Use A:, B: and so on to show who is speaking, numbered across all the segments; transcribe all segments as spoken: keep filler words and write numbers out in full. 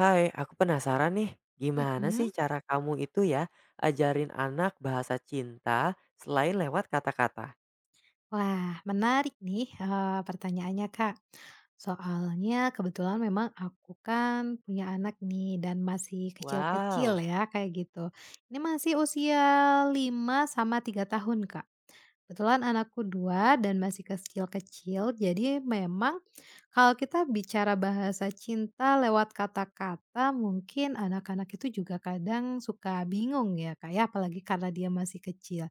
A: Hai, aku penasaran nih, gimana sih
B: Mhm.
A: cara kamu itu ya ajarin anak bahasa cinta selain lewat kata-kata?
B: Wah, menarik nih, eee, pertanyaannya, Kak. Soalnya kebetulan memang aku kan punya anak nih dan masih kecil-kecil
A: Wow,
B: ya, kayak gitu. Ini masih usia lima sama tiga tahun, Kak. Kebetulan anakku dua dan masih kecil-kecil, jadi memang kalau kita bicara bahasa cinta lewat kata-kata, mungkin anak-anak itu juga kadang suka bingung ya, Kak, ya, apalagi karena dia masih kecil.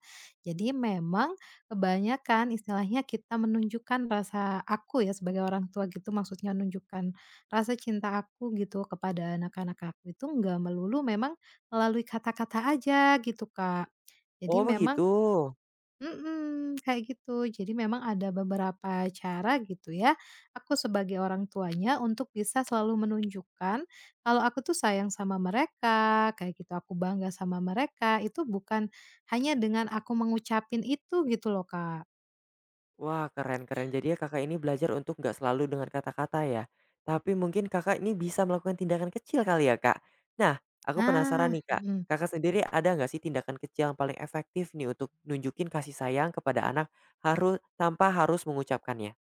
B: Jadi memang kebanyakan istilahnya kita menunjukkan rasa aku ya, sebagai orang tua gitu, maksudnya menunjukkan rasa cinta aku gitu kepada anak-anak aku itu nggak melulu memang melalui kata-kata aja gitu, Kak. Jadi
A: oh
B: memang.
A: begitu.
B: Mhm. Kayak gitu. Jadi memang ada beberapa cara gitu ya, aku sebagai orang tuanya untuk bisa selalu menunjukkan kalau aku tuh sayang sama mereka, kayak gitu, aku bangga sama mereka, itu bukan hanya dengan aku mengucapin itu gitu loh, Kak.
A: Wah, keren-keren. Jadi ya kakak ini belajar untuk nggak selalu dengan kata-kata ya. Tapi mungkin kakak ini bisa melakukan tindakan kecil kali ya kak. Nah, aku penasaran
B: Nah,
A: nih kak.
B: mhm.
A: Kakak sendiri ada nggak sih tindakan kecil yang paling efektif nih untuk nunjukin kasih sayang kepada anak harus tanpa harus mengucapkannya?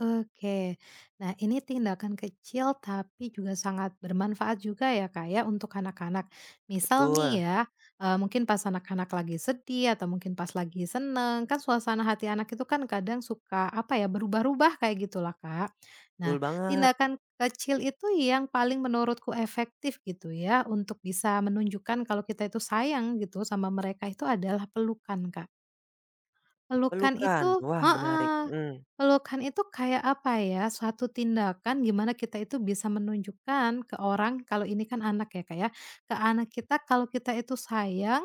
B: Oke. Nah, ini tindakan kecil tapi juga sangat bermanfaat juga ya, Kak, ya, untuk anak-anak. Misal
A: Betul,
B: nih ya, eee, mungkin pas anak-anak lagi sedih atau mungkin pas lagi seneng, kan suasana hati anak itu kan kadang suka, apa ya, berubah-ubah kayak gitulah, Kak.
A: betul
B: Nah,
A: banget.
B: tindakan kecil itu yang paling menurutku efektif gitu ya, untuk bisa menunjukkan kalau kita itu sayang gitu sama mereka itu adalah pelukan, Kak. Pelukan
A: Pelukan,
B: itu,
A: wah menarik,
B: heeh.
A: mhm,
B: Pelukan itu kayak apa ya, suatu tindakan gimana kita itu bisa menunjukkan ke orang kalau ini kan anak ya, Kak, ya, ke anak kita kalau kita itu sayang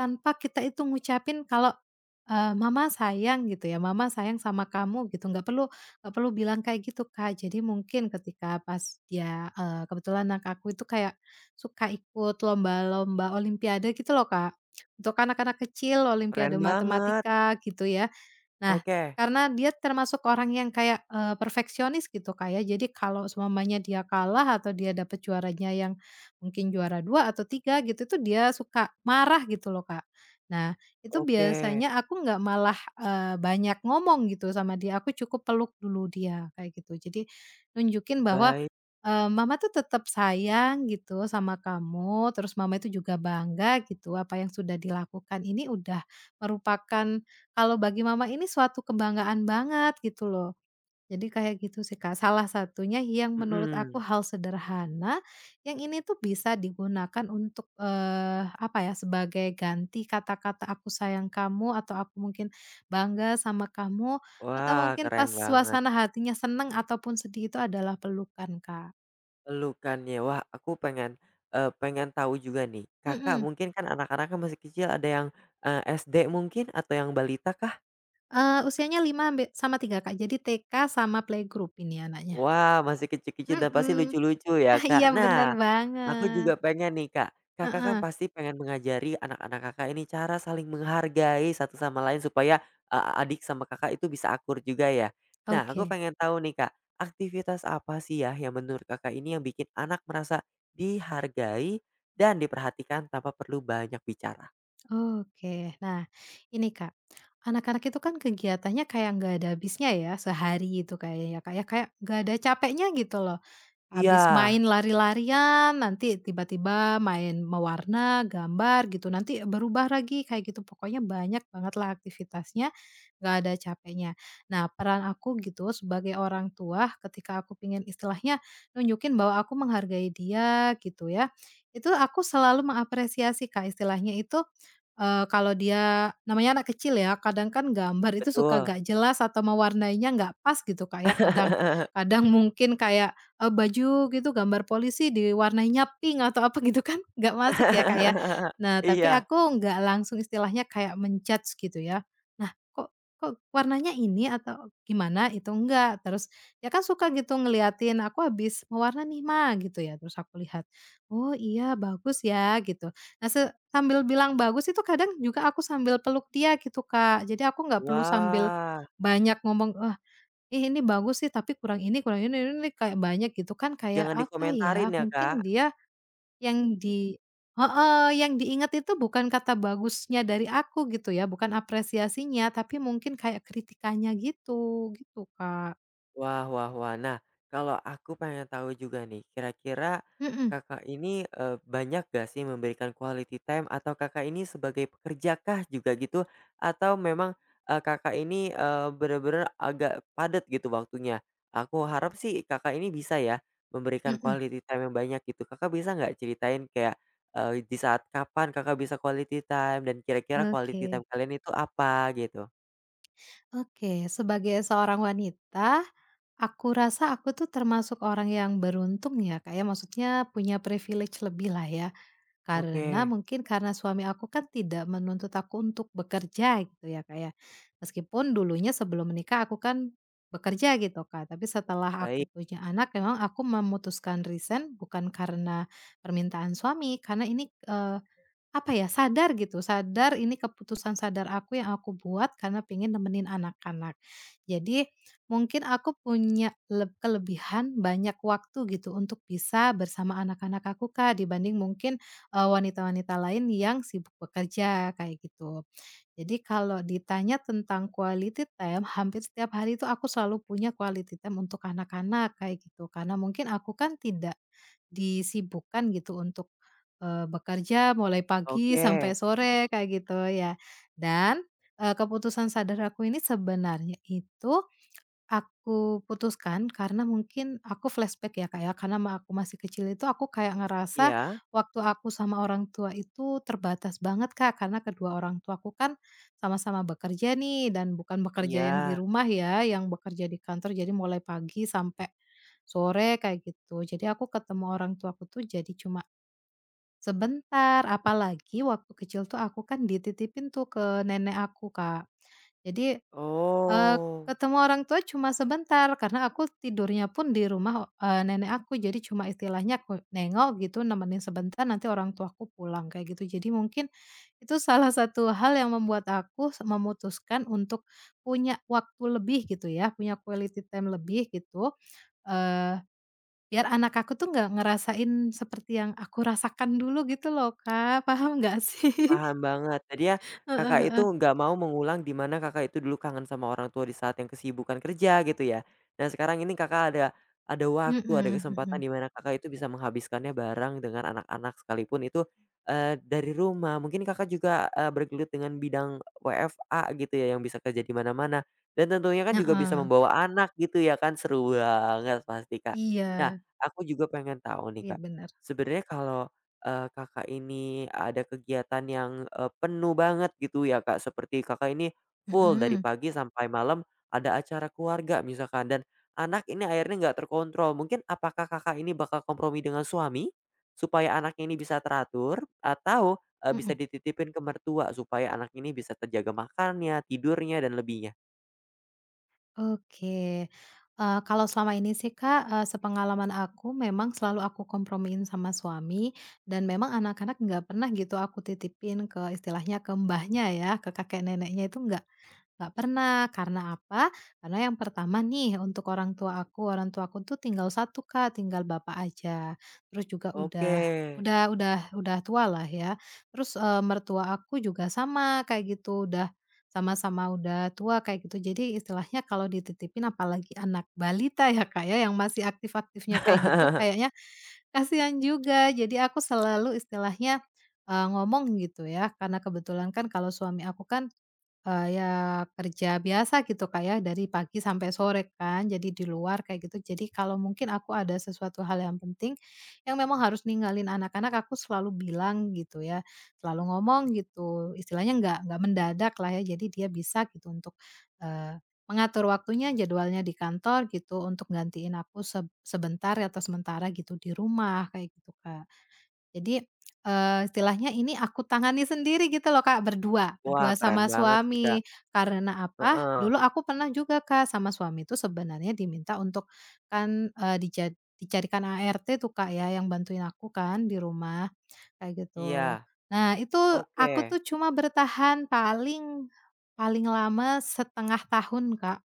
B: tanpa kita itu ngucapin kalau, eee, "Mama sayang," gitu ya, "Mama sayang sama kamu," gitu, nggak perlu nggak perlu bilang kayak gitu, Kak. Jadi mungkin ketika pas dia, eee, kebetulan anak aku itu kayak suka ikut lomba-lomba olimpiade gitu loh, Kak. Untuk anak-anak kecil
A: keren
B: olimpiade
A: banget,
B: matematika gitu ya. Nah,
A: oke
B: karena dia termasuk orang yang kayak, eee, perfeksionis gitu, Kak, ya. Jadi kalau semuanya dia kalah atau dia dapet juaranya yang mungkin juara dua atau tiga gitu, itu dia suka marah gitu loh, Kak. Nah, itu
A: oke,
B: biasanya aku nggak malah, eee, banyak ngomong gitu sama dia, aku cukup peluk dulu dia, kayak gitu. Jadi nunjukin bahwa,
A: baik,
B: eee, mama tuh tetap sayang gitu sama kamu, terus mama itu juga bangga gitu, apa yang sudah dilakukan ini udah merupakan kalau bagi mama ini suatu kebanggaan banget gitu loh. Jadi kayak gitu sih Kak, salah satunya yang menurut aku
A: mhm,
B: hal sederhana, yang ini tuh bisa digunakan untuk, eee, apa ya, sebagai ganti kata-kata "aku sayang kamu" atau "aku mungkin bangga sama kamu" atau
A: wah
B: mungkin
A: keren
B: pas
A: banget,
B: suasana hatinya seneng ataupun sedih itu adalah pelukan Kak.
A: pelukannya, wah aku pengen, eee, pengen tahu juga nih, Kakak
B: Mhm,
A: mungkin kan anak-anaknya masih kecil ada yang, eee, S D mungkin atau yang balita kah?
B: eee, usianya lima ambe sama tiga Kak, jadi T K sama playgroup ini anaknya.
A: Wah masih kecil-kecil dan pasti
B: Mhm.
A: lucu-lucu ya
B: Ah, iya
A: Kak,
B: bener
A: nah Aku
B: banget.
A: juga pengen nih, Kak. Kakak kan
B: Heeh.
A: pasti pengen mengajari anak-anak Kakak ini cara saling menghargai satu sama lain supaya, eee, adik sama Kakak itu bisa akur juga ya. Nah, aku
B: Oke,
A: pengen tahu nih, Kak, aktivitas apa sih ya yang menurut Kakak ini yang bikin anak merasa dihargai dan diperhatikan tanpa perlu banyak bicara?
B: oke. Nah, ini Kak, anak-anak itu kan kegiatannya kayak nggak ada habisnya ya, sehari itu kayak ya Kak ya, kayak nggak ada capeknya gitu loh.
A: Iya,
B: Habis main lari-larian, nanti tiba-tiba main mewarna, gambar gitu, nanti berubah lagi kayak gitu. Pokoknya banyak banget lah aktivitasnya, nggak ada capeknya. Nah, peran aku gitu sebagai orang tua ketika aku pingin istilahnya nunjukin bahwa aku menghargai dia gitu ya, itu aku selalu mengapresiasi Kak, istilahnya itu, eee, kalau dia namanya anak kecil ya, kadang kan gambar itu suka
A: betul.
B: nggak jelas atau mewarnainya nggak pas gitu Kak ya, kadang kadang mungkin kayak eee, baju gitu gambar polisi diwarnainya pink atau apa gitu kan nggak masuk ya, Kak, ya. Nah, tapi
A: Iya.
B: aku nggak langsung istilahnya kayak men gitu ya. Nah, "Kok kok warnanya ini?" atau gimana itu enggak. Terus dia kan suka gitu ngeliatin, "Aku habis mewarna nih, Ma," gitu ya. Terus aku lihat, "Oh iya, bagus ya," gitu. Nah, se sambil bilang bagus itu kadang juga aku sambil peluk dia gitu, Kak. Jadi aku nggak perlu sambil
A: Wah,
B: banyak ngomong, "Eh, Ih, ini bagus sih tapi kurang ini kurang ini ini ini, kayak banyak gitu kan kayak
A: jangan
B: apa
A: dikomentarin
B: ya,
A: ya, Kak.
B: mungkin dia yang di heeh, yang diingat itu bukan kata bagusnya dari aku gitu ya, bukan apresiasinya, tapi mungkin kayak kritikannya gitu, gitu Kak."
A: Wah wah wah. Nah, kalau aku pengen tahu juga nih, kira-kira
B: Mhm,
A: Kakak ini, eee, banyak gak sih memberikan quality time atau Kakak ini sebagai pekerja kah juga gitu? Atau memang, eee, Kakak ini, eee, bener-bener agak padat gitu waktunya? Aku harap sih Kakak ini bisa ya memberikan
B: mhm.
A: quality time yang banyak gitu. Kakak bisa nggak ceritain kayak, eee, di saat kapan Kakak bisa quality time dan kira-kira quality time
B: Oke,
A: kalian itu apa gitu?
B: oke, sebagai seorang wanita, aku rasa aku tuh termasuk orang yang beruntung ya Kak ya, maksudnya punya privilege lebih lah ya. Karena
A: Oke,
B: mungkin karena suami aku kan tidak menuntut aku untuk bekerja gitu ya Kak ya. Meskipun dulunya sebelum menikah aku kan bekerja gitu Kak, tapi setelah
A: baik,
B: aku punya anak memang aku memutuskan resign bukan karena permintaan suami, karena ini, apa ya, sadar gitu, sadar ini keputusan sadar aku yang aku buat karena pengen nemenin anak-anak. Jadi mungkin aku punya leb kelebihan banyak waktu gitu untuk bisa bersama anak-anak aku, Kak, dibanding mungkin, eee, wanita-wanita lain yang sibuk bekerja, kayak gitu. Jadi kalau ditanya tentang quality time, hampir setiap hari itu aku selalu punya quality time untuk anak-anak kayak gitu. Karena mungkin aku kan tidak disibukkan gitu untuk, eee, bekerja mulai pagi sampai
A: oke,
B: sore kayak gitu ya. Dan, eee, keputusan sadar aku ini sebenarnya itu aku putuskan karena mungkin aku flashback ya Kak ya, karena ma aku masih kecil itu aku kayak ngerasa
A: iya.
B: waktu aku sama orang tua itu terbatas banget Kak, karena kedua orang tuaku kan sama-sama bekerja nih dan bukan bekerja yang di
A: Iya,
B: rumah ya, yang bekerja di kantor jadi mulai pagi sampai sore kayak gitu. Jadi aku ketemu orang tuaku tuh jadi cuma sebentar, apalagi waktu kecil tuh aku kan dititipin tuh ke nenek aku Kak. Jadi Eee,
A: oh,
B: ketemu orang tua cuma sebentar karena aku tidurnya pun di rumah, eee, nenek aku. Jadi cuma istilahnya aku nengok gitu, nemenin sebentar nanti orang tuaku pulang kayak gitu. Jadi mungkin itu salah satu hal yang membuat aku se memutuskan untuk punya waktu lebih gitu ya, punya quality time lebih gitu, eee, biar anak aku tuh nggak ngerasain seperti yang aku rasakan dulu gitu loh, Kak. Paham nggak sih?
A: paham banget. Jadi ya
B: Heeh,
A: Kakak itu
B: heeh.
A: nggak mau mengulang di mana Kakak itu dulu kangen sama orang tua di saat yang kesibukan kerja gitu ya. Nah sekarang ini Kakak ada ada waktu, ada
B: Mhm,
A: kesempatan
B: mhm.
A: di mana Kakak itu bisa menghabiskannya bareng dengan anak-anak sekalipun itu, eee, dari rumah. Mungkin Kakak juga, eee, bergelut dengan bidang W F H gitu ya yang bisa kerja di mana-mana dan tentunya kan juga bisa
B: Heeh.
A: membawa anak gitu ya kan, seru banget pasti Kak. Nah
B: Iya.
A: aku juga pengen tahu nih
B: Iya
A: Kak,
B: bener.
A: sebenarnya kalau eee, Kakak ini ada kegiatan yang, eee, penuh banget gitu ya, Kak, seperti Kakak ini full dari
B: Mhm,
A: pagi sampai malam ada acara keluarga misalkan dan anak ini akhirnya nggak terkontrol. Mungkin apakah Kakak ini bakal kompromi dengan suami? Supaya anaknya ini bisa teratur atau, eee, bisa
B: mhm,
A: dititipin ke mertua supaya anak ini bisa terjaga makannya, tidurnya, dan lebihnya?
B: oke. Eee, kalau selama ini sih Kak, eee, sepengalaman aku memang selalu aku kompromiin sama suami dan memang anak-anak nggak pernah gitu aku titipin ke istilahnya ke mbahnya ya, ke kakek neneknya itu nggak. Nggak pernah, karena apa? Karena yang pertama nih, untuk orang tua aku, orang tua aku tuh tinggal satu Kak, tinggal bapak aja. Terus juga
A: Oke.
B: udah udah udah udah tua lah ya. Terus, eee, mertua aku juga sama kayak gitu, udah sama-sama udah tua kayak gitu. Jadi istilahnya kalau dititipin apalagi anak balita ya Kak ya, yang masih aktif-aktifnya kayak gitu, kayaknya kasihan juga. Jadi aku selalu istilahnya, eee, ngomong gitu ya, karena kebetulan kan kalau suami aku kan Eee, ya kerja biasa gitu, Kak, ya, dari pagi sampai sore kan, jadi di luar kayak gitu. Jadi kalau mungkin aku ada sesuatu hal yang penting, yang memang harus ninggalin anak-anak, aku selalu bilang gitu ya, selalu ngomong gitu, istilahnya nggak nggak mendadak lah ya, jadi dia bisa gitu untuk, eee, mengatur waktunya, jadwalnya di kantor gitu, untuk gantiin aku se sebentar atau sementara gitu di rumah, kayak gitu, Kak. Jadi, eee, istilahnya ini aku tangani sendiri gitu loh Kak, berdua,
A: Wah,
B: berdua
A: keren
B: sama
A: banget sih, Kak.
B: suami. Karena apa?
A: Heeh.
B: Dulu aku pernah juga Kak, sama suami itu sebenarnya diminta untuk kan, eee, dija dicarikan A R T tuh Kak ya, yang bantuin aku kan di rumah, kayak gitu.
A: Iya.
B: Nah itu aku
A: Oke.
B: tuh cuma bertahan paling paling lama setengah tahun Kak.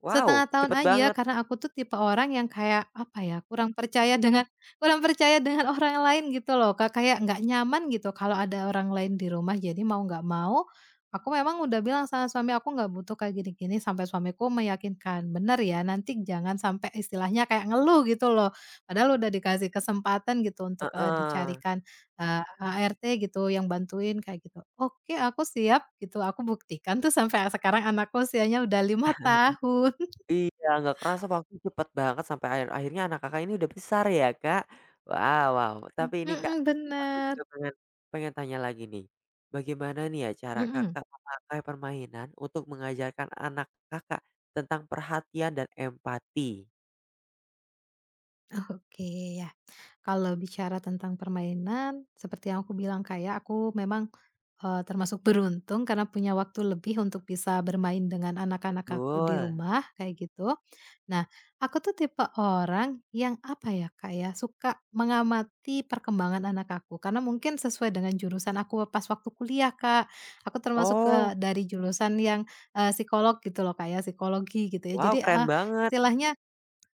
A: Wow,
B: Setengah tahun
A: cepet
B: aja
A: banget.
B: karena aku tuh tipe orang yang kayak, apa ya, kurang percaya dengan kurang percaya dengan orang lain gitu loh Kak, kayak nggak nyaman gitu kalau ada orang lain di rumah. Jadi mau nggak mau, aku memang udah bilang sama suami aku nggak butuh kayak gini-gini sampai suamiku meyakinkan, "Bener ya nanti jangan sampai istilahnya kayak ngeluh," gitu loh. Padahal udah dikasih kesempatan gitu untuk, eee,
A: Heeh,
B: dicarikan, eee, A R T gitu yang bantuin kayak gitu. "Oke aku siap," gitu, aku buktikan tuh sampai sekarang anakku usianya udah lima tahun.
A: iya nggak kerasa waktu cepet banget sampai akhir akhirnya anak Kakak ini udah besar ya Kak, wow wow tapi ini Kak,
B: Mhm,
A: aku
B: bener,
A: juga pengen pengen tanya lagi nih, bagaimana nih ya cara
B: mhm,
A: Kakak memakai permainan untuk mengajarkan anak Kakak tentang perhatian dan empati?
B: oke ya. Kalau bicara tentang permainan, seperti yang aku bilang kayak aku memang, eee, termasuk beruntung karena punya waktu lebih untuk bisa bermain dengan anak-anak aku di
A: Betul,
B: rumah, kayak gitu. Nah, aku tuh tipe orang yang, apa ya, Kak, ya, suka mengamati perkembangan anak aku, karena mungkin sesuai dengan jurusan aku pas waktu kuliah, Kak. Aku termasuk,
A: oh
B: eee, dari jurusan yang, eee, psikolog gitu loh, kayak psikologi gitu ya.
A: wow
B: Jadi,
A: keren
B: eee,
A: banget,
B: istilahnya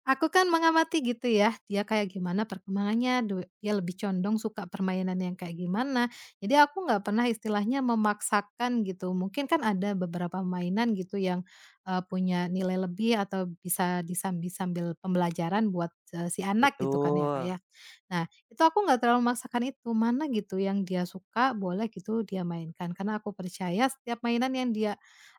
B: aku kan mengamati gitu ya, dia kayak gimana perkembangannya, du dia lebih condong suka permainan yang kayak gimana. Jadi aku nggak pernah istilahnya memaksakan gitu. Mungkin kan ada beberapa mainan gitu yang, eee, punya nilai lebih atau bisa disambi sambil pembelajaran buat, eee, si anak gitu kan ya,
A: betul,
B: kayak. Nah, itu aku nggak terlalu memaksakan itu, mana gitu yang dia suka boleh gitu dia mainkan, karena aku percaya setiap mainan yang dia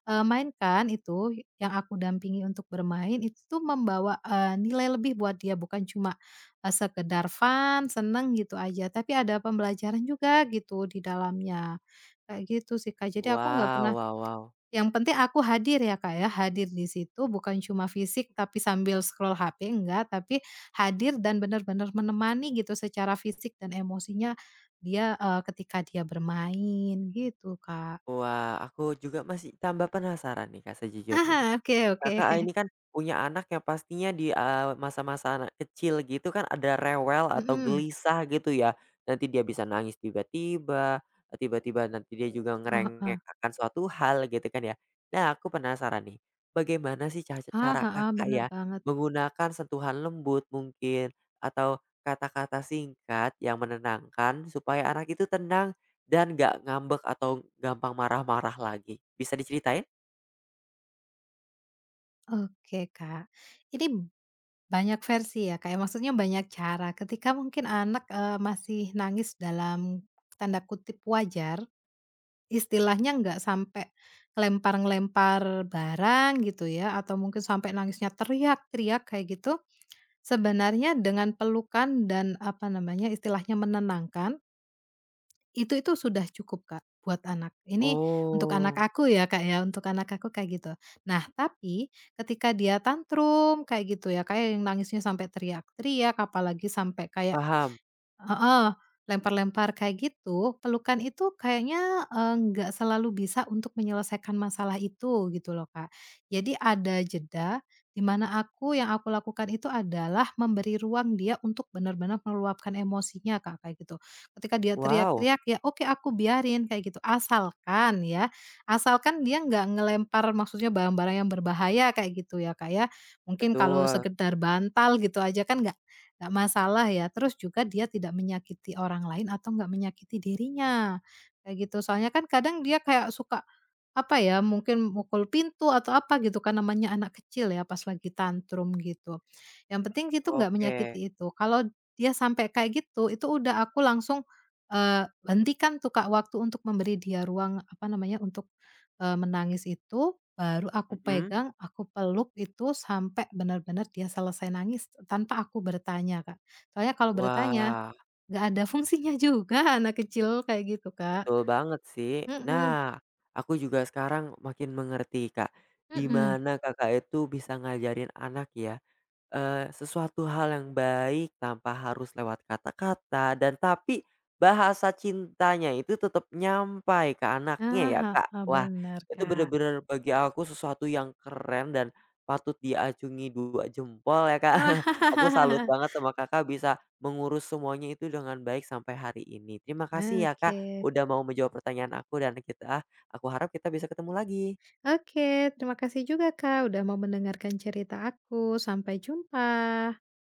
B: Eee, mainkan itu yang aku dampingi untuk bermain itu tuh membawa, eee, nilai lebih buat dia bukan cuma, eee, sekedar fun, seneng gitu aja, tapi ada pembelajaran juga gitu di dalamnya. Kayak gitu sih, Kak, jadi aku nggak
A: wow
B: pernah
A: wow wow,
B: yang penting aku hadir ya, Kak, ya, hadir di situ bukan cuma fisik tapi sambil scroll H P, enggak, tapi hadir dan bener-bener menemani gitu secara fisik dan emosinya dia, eee, ketika dia bermain gitu, Kak.
A: wah aku juga masih tambah penasaran nih Kak sejujurnya.
B: Oke, oke.
A: Kakak ini kan punya anak yang pastinya di, eee, masa-masa anak kecil gitu kan ada rewel atau
B: Mhm.
A: gelisah gitu ya. Nanti dia bisa nangis tiba-tiba, tiba-tiba nanti dia juga
B: Oh, heeh.
A: ngerengek akan suatu hal gitu kan ya. Nah aku penasaran nih, bagaimana sih ca
B: Ah
A: cara
B: heeh,
A: Kakak
B: bener
A: ya
B: banget.
A: menggunakan sentuhan lembut mungkin atau kata-kata singkat yang menenangkan supaya anak itu tenang dan nggak ngambek atau gampang marah-marah lagi? Bisa diceritain?
B: Oke, Kak. Ini banyak versi ya, Kak, ya, maksudnya banyak cara. Ketika mungkin anak, eee, masih nangis dalam tanda kutip "wajar", istilahnya nggak sampai ngelempar-ngelempar barang gitu ya, atau mungkin sampai nangisnya teriak-teriak kayak gitu, sebenarnya dengan pelukan dan, apa namanya, istilahnya menenangkan. Itu itu sudah cukup, Kak, buat anak. Ini untuk anak
A: Oh,
B: aku ya, Kak, ya, untuk anak aku kayak gitu. Nah, tapi ketika dia tantrum kayak gitu ya, kayak yang nangisnya sampai teriak-teriak, apalagi sampai kayak
A: paham.
B: heeh, lempar-lempar kayak gitu, pelukan itu kayaknya, eee, nggak selalu bisa untuk menyelesaikan masalah itu gitu loh, Kak. Jadi ada jeda di mana aku yang aku lakukan itu adalah memberi ruang dia untuk benar-benar meluapkan emosinya, Kak, kayak gitu. Ketika dia
A: Wow,
B: teriak-teriak, ya oke aku biarin kayak gitu, asalkan ya, asalkan dia nggak ngelempar maksudnya barang-barang yang berbahaya kayak gitu ya, Kak, ya. Mungkin kalau
A: betul,
B: sekedar bantal gitu aja kan nggak. Nggak masalah ya, terus juga dia tidak menyakiti orang lain atau nggak menyakiti dirinya, kayak gitu. Soalnya kan kadang dia kayak suka, apa ya, mungkin mukul pintu atau apa gitu kan, namanya anak kecil ya pas lagi tantrum gitu. Yang penting itu nggak
A: oke,
B: menyakiti itu. Kalau dia sampai kayak gitu, itu udah aku langsung, eee, hentikan tuh Kak, waktu untuk memberi dia ruang, apa namanya, untuk, eee, menangis itu. Baru aku
A: mhm,
B: pegang, aku peluk itu sampai benar-benar dia selesai nangis tanpa aku bertanya, Kak. Soalnya kalau bertanya,
A: wah,
B: nggak ada fungsinya juga anak kecil kayak gitu, Kak.
A: betul banget sih.
B: Mhm,
A: Nah, aku juga sekarang makin mengerti, Kak, di
B: mhm.
A: mana Kakak itu bisa ngajarin anak ya, eee, sesuatu hal yang baik tanpa harus lewat kata-kata dan tapi bahasa cintanya itu tetap nyampai ke anaknya
B: Ah
A: ya, Kak.
B: heeh,
A: Wah,
B: bener,
A: itu
B: Kak.
A: bener-bener bagi aku sesuatu yang keren dan patut diacungi dua jempol ya, Kak. Aku salut banget sama Kakak bisa mengurus semuanya itu dengan baik sampai hari ini. Terima kasih ya,
B: Oke.
A: Kak, udah mau menjawab pertanyaan aku dan kita aku harap kita bisa ketemu lagi.
B: Oke, terima kasih juga, Kak, udah mau mendengarkan cerita aku. Sampai jumpa.